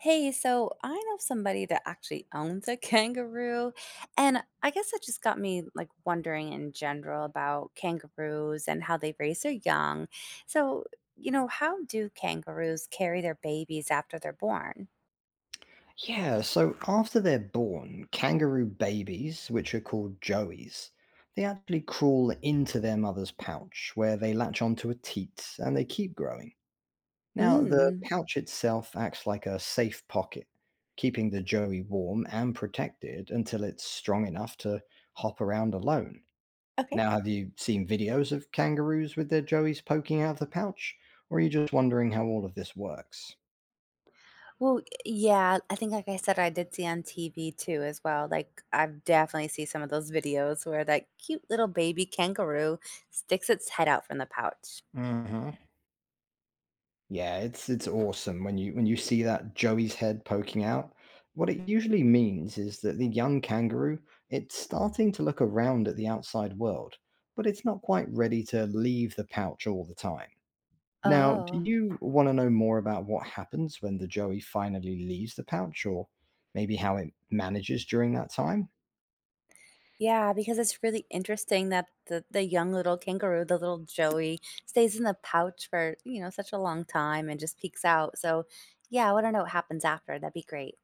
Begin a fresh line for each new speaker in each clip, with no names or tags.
Hey, so I know somebody that actually owns a kangaroo, and I guess that just got me wondering in general about kangaroos and how they raise their young. So, you know, how do kangaroos carry their babies after they're born?
Yeah, so after they're born, kangaroo babies, which are called joeys, they actually crawl into their mother's pouch where they latch onto a teat and they keep growing. Now, the
Mm,
pouch itself acts like a safe pocket, keeping the joey warm and protected until it's strong enough to hop around alone.
okay.
Now, have you seen videos of kangaroos with their joeys poking out of the pouch? Or are you just wondering how all of this works?
Well, yeah, I think like I said, I did see on TV too as well. I've definitely seen some of those videos where that cute little baby kangaroo sticks its head out from the pouch.
Hmm. Yeah, it's awesome when you see that Joey's head poking out. What it usually means is that the young kangaroo, it's starting to look around at the outside world, but it's not quite ready to leave the pouch all the time. Now, do
Oh,
you want to know more about what happens when the Joey finally leaves the pouch, or maybe how it manages during that time?
yeah, because it's really interesting that the young little kangaroo, the little Joey, stays in the pouch for, such a long time and just peeks out. So, yeah, I wanna know what happens after. That'd be great.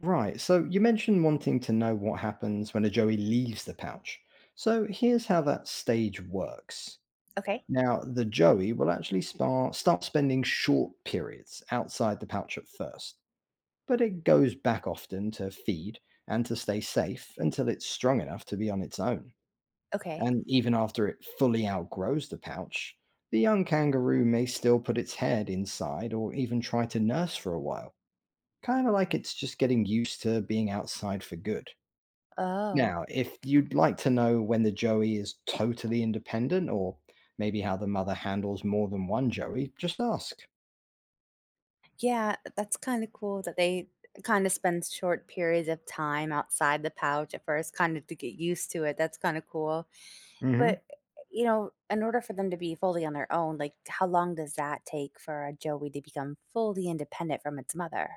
Right, so you mentioned wanting to know what happens when a Joey leaves the pouch. So here's how that stage works.
Okay.
Now, the joey will actually start spending short periods outside the pouch at first, but it goes back often to feed and to stay safe until it's strong enough to be on its own.
Okay.
And even after it fully outgrows the pouch, the young kangaroo may still put its head inside or even try to nurse for a while, kind of like it's just getting used to being outside for good.
Oh,
Now, if you'd like to know when the joey is totally independent, or maybe how the mother handles more than one joey, just ask.
yeah, that's kinda cool that they kinda spend short periods of time outside the pouch at first, kind of to get used to it. That's kinda cool.
Hmm.
But, in order for them to be fully on their own, how long does that take for a Joey to become fully independent from its mother?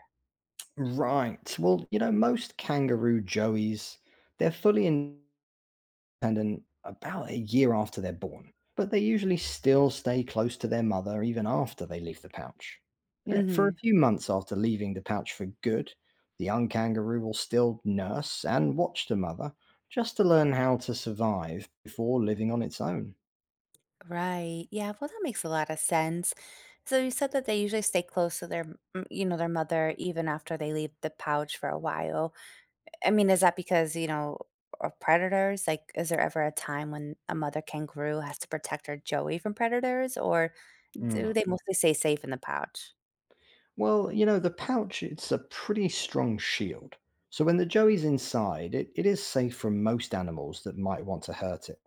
Right. Well, you know, most kangaroo joeys, they're fully independent about a year after they're born, but they usually still stay close to their mother even after they leave the pouch. Yeah, for a
Mhm.
few months after leaving the pouch for good, the young kangaroo will still nurse and watch the mother, just to learn how to survive before living on its own.
Right. Yeah, well, that makes a lot of sense. So you said that they usually stay close to their, their mother even after they leave the pouch for a while. I mean, is that because, of predators? Is there ever a time when a mother kangaroo has to protect her joey from predators, or
Hmm.
do they mostly stay safe in the pouch?
Well, you know, the pouch, it's a pretty strong shield. So when the joey's inside, it is safe from most animals that might want to hurt it.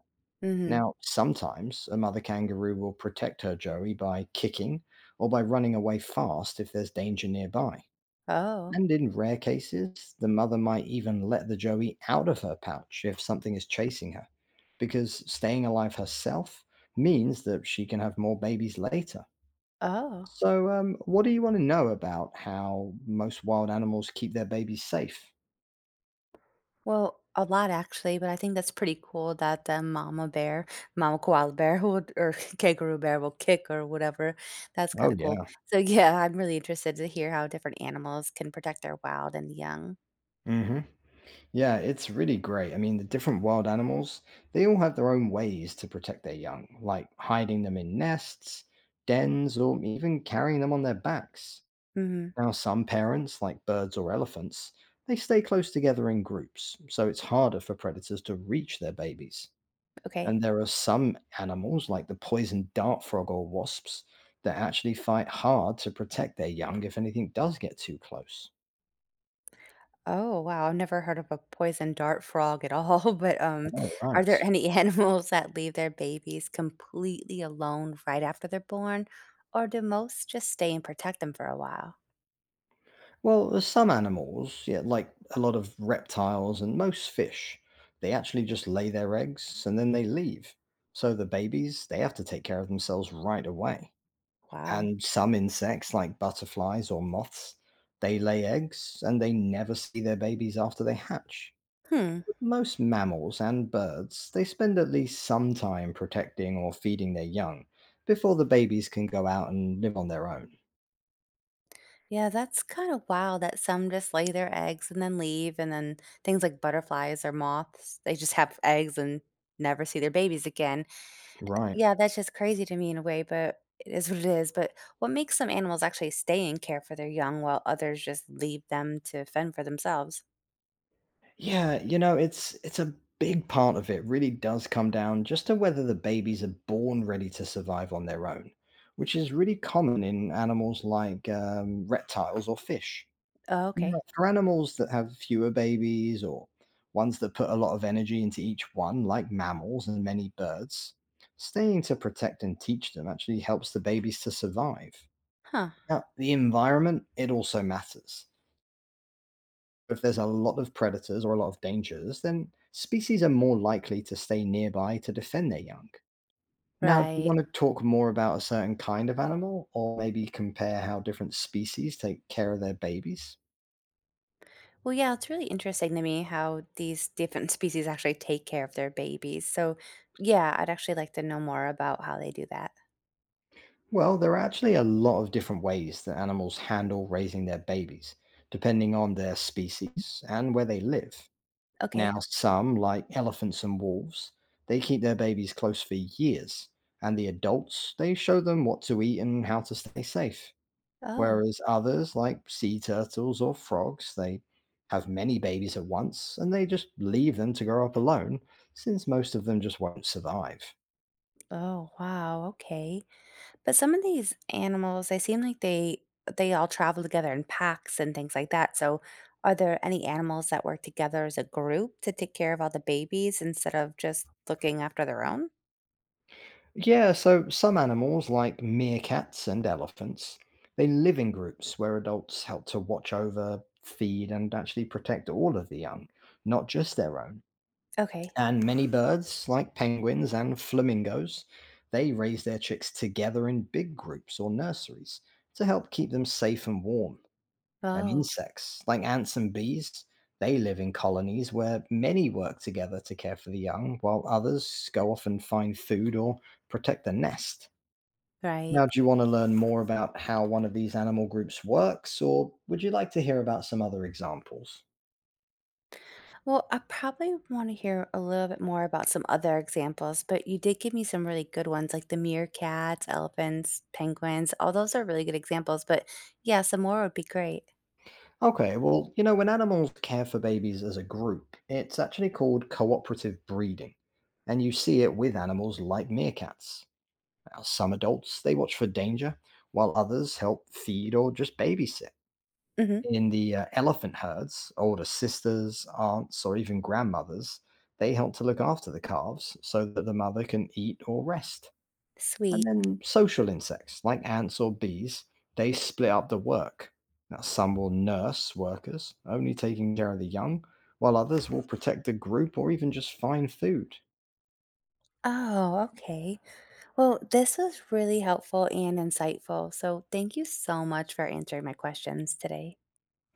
Mm-hmm.
Now, sometimes a mother kangaroo will protect her joey by kicking or by running away fast if there's danger nearby.
Oh.
And in rare cases, the mother might even let the joey out of her pouch if something is chasing her, because staying alive herself means that she can have more babies later.
Oh.
So, what do you want to know about how most wild animals keep their babies safe?
Well, a lot actually, but I think that's pretty cool that the mama bear, mama koala bear would, or kangaroo bear will kick or whatever. That's
Oh,
kind of cool.
yeah.
So yeah, I'm really interested to hear how different animals can protect their wild and young.
Hmm. Yeah, it's really great. I mean, the different wild animals, they all have their own ways to protect their young, like hiding them in nests, dens, or even carrying them on their backs.
Hmm.
Now, some parents, like birds or elephants, they stay close together in groups, so it's harder for predators to reach their babies.
Okay.
And there are some animals, like the poison dart frog or wasps, that actually fight hard to protect their young if anything does get too close.
Oh wow, I've never heard of a poison dart frog at all. But
I know,
are there
right?
any animals that leave their babies completely alone right after they're born, or do most just stay and protect them for a while?
Well, there's some animals, yeah, like a lot of reptiles and most fish, they actually just lay their eggs and then they leave. So the babies, they have to take care of themselves right away.
Wow.
And some insects, like butterflies or moths, they lay eggs and they never see their babies after they hatch.
Hmm.
Most mammals and birds, they spend at least some time protecting or feeding their young before the babies can go out and live on their own.
Yeah, that's kind of wild that some just lay their eggs and then leave, and then things like butterflies or moths, they just have eggs and never see their babies again.
Right.
Yeah, that's just crazy to me in a way, but it is what it is. But what makes some animals actually stay and care for their young while others just leave them to fend for themselves?
Yeah, you know, it's a big part of it really does come down just to whether the babies are born ready to survive on their own, which is really common in animals like reptiles or fish.
Oh,
Now,
okay.
for animals that have fewer babies or ones that put a lot of energy into each one, like mammals and many birds, staying to protect and teach them actually helps the babies to survive.
Huh.
Now, the environment, it also matters if there's a lot of predators or a lot of dangers, then species are more likely to stay nearby to defend their young. Now, do you
Right.
want to talk more about a certain kind of animal, or maybe compare how different species take care of their babies?
Well, yeah, it's really interesting to me how these different species actually take care of their babies. So, yeah, I'd actually like to know more about how they do that.
Well, there are actually a lot of different ways that animals handle raising their babies, depending on their species and where they live. Now,
Okay.
some, like elephants and wolves, they keep their babies close for years, and the adults, they show them what to eat and how to stay safe.
Oh.
Whereas others, like sea turtles or frogs, they have many babies at once and they just leave them to grow up alone, since most of them just won't survive.
Oh, wow, okay. But some of these animals, they seem like they all travel together in packs and things like that. So are there any animals that work together as a group to take care of all the babies instead of just looking after their own?
Yeah, so some animals, like meerkats and elephants, they live in groups where adults help to watch over, feed, and actually protect all of the young, not just their own.
Okay.
And many birds, like penguins and flamingos, they raise their chicks together in big groups or nurseries to help keep them safe and warm. And
Oh,
insects. Like ants and bees, they live in colonies where many work together to care for the young, while others go off and find food or protect the nest. Now, do
right.
you want to learn more about how one of these animal groups works, or would you like to hear about some other examples?
Well, I probably want to hear a little bit more about some other examples, but you did give me some really good ones like the meerkats, elephants, penguins. All those are really good examples, but yeah, some more would be great.
Okay, well, you know, when animals care for babies as a group, it's actually called cooperative breeding. And you see it with animals like meerkats. Now, some adults, they watch for danger, while others help feed or just babysit.
Hmm.
In the elephant herds, older sisters, aunts, or even grandmothers, they help to look after the calves so that the mother can eat or rest. And
Sweet.
then social insects like ants or bees, they split up the work. Now, some will nurse workers, only taking care of the young, while others will protect the group or even just find food.
Oh, okay. Well, this was really helpful and insightful. So thank you so much for answering my questions today.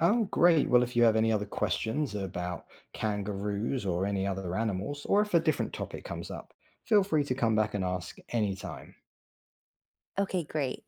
Oh, great. Well, if you have any other questions about kangaroos or any other animals, or if a different topic comes up, feel free to come back and ask anytime.
Okay, great.